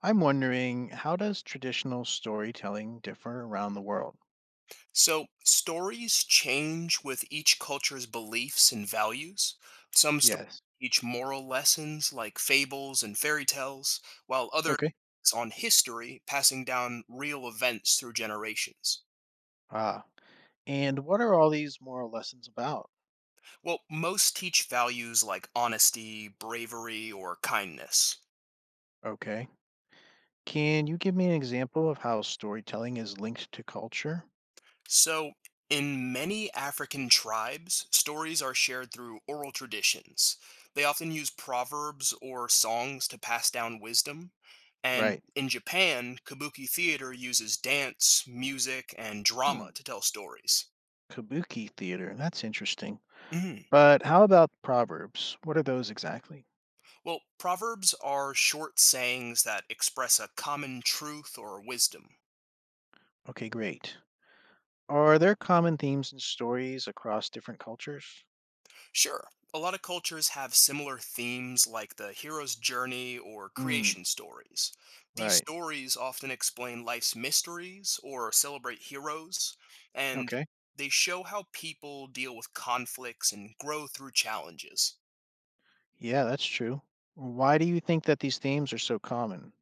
I'm wondering, how does traditional storytelling differ around the world? So, stories change with each culture's beliefs and values. Some stories Yes. teach moral lessons like fables and fairy tales, while others Okay. focus on history, passing down real events through generations. Ah. And what are all these moral lessons about? Well, most teach values like honesty, bravery, or kindness. Okay. Can you give me an example of how storytelling is linked to culture? So, in many African tribes, stories are shared through oral traditions. They often use proverbs or songs to pass down wisdom. And Right. in Japan, kabuki theater uses dance, music, and Hmm. drama to tell stories. Kabuki theater. That's interesting. Mhm. But how about proverbs? What are those exactly? Well, proverbs are short sayings that express a common truth or wisdom. Okay, great. Are there common themes and stories across different cultures? Sure. A lot of cultures have similar themes like the hero's journey or Hmm. creation stories. These Right. stories often explain life's mysteries or celebrate heroes, and Okay. they show how people deal with conflicts and grow through challenges. Yeah, that's true. Why do you think that these themes are so common?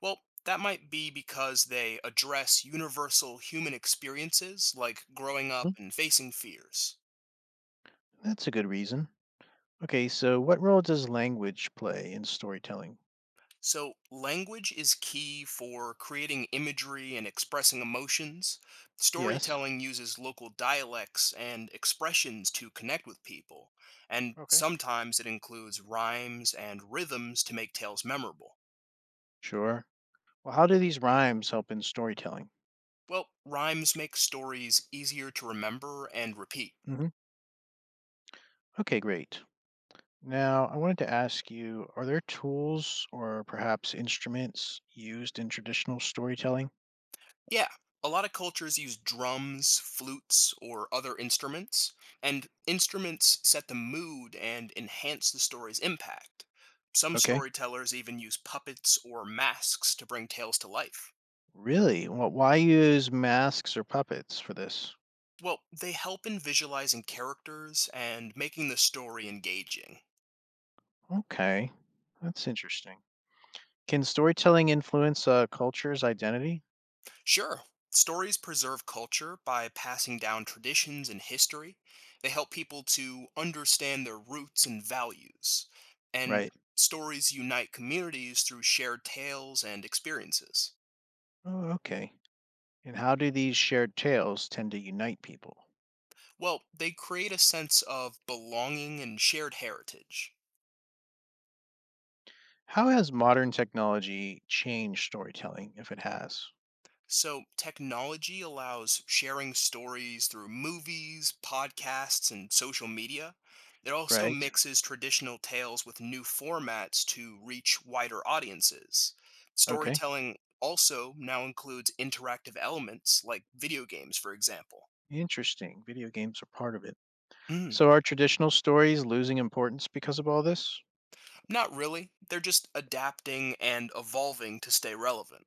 Well, that might be because they address universal human experiences like growing Hmm, up and facing fears. that's a good reason. Okay, so what role does language play in storytelling? So, language is key for creating imagery and expressing emotions. Yes. Storytelling uses local dialects and expressions to connect with people, and Okay. sometimes it includes rhymes and rhythms to make tales memorable. Sure. Well, how do these rhymes help in storytelling? Well, rhymes make stories easier to remember and repeat. Hmm. Okay, great. Now, I wanted to ask you, are there tools or perhaps instruments used in traditional storytelling? Yeah, a lot of cultures use drums, flutes, or other instruments, and instruments set the mood and enhance the story's impact. Some Okay. storytellers even use puppets or masks to bring tales to life. Really? Well, why use masks or puppets for this? Well, they help in visualizing characters and making the story engaging. Okay. That's interesting. Can storytelling influence a culture's identity? Sure. Stories preserve culture by passing down traditions and history. They help people to understand their roots and values. And Right. stories unite communities through shared tales and experiences. Oh, okay. And how do these shared tales tend to unite people? Well, they create a sense of belonging and shared heritage. How has modern technology changed storytelling, if it has? So, technology allows sharing stories through movies, podcasts, and social media. It also Right. mixes traditional tales with new formats to reach wider audiences. Okay. Storytelling also now includes interactive elements like video games, for example. Interesting. Video games are part of it. Mm, So, are traditional stories losing importance because of all this? Not really. They're just adapting and evolving to stay relevant.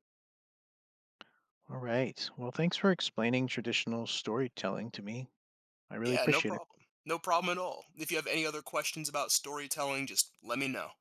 All right. Well, thanks for explaining traditional storytelling to me. I really Yeah, no appreciate it. problem. No problem at all. If you have any other questions about storytelling, just let me know.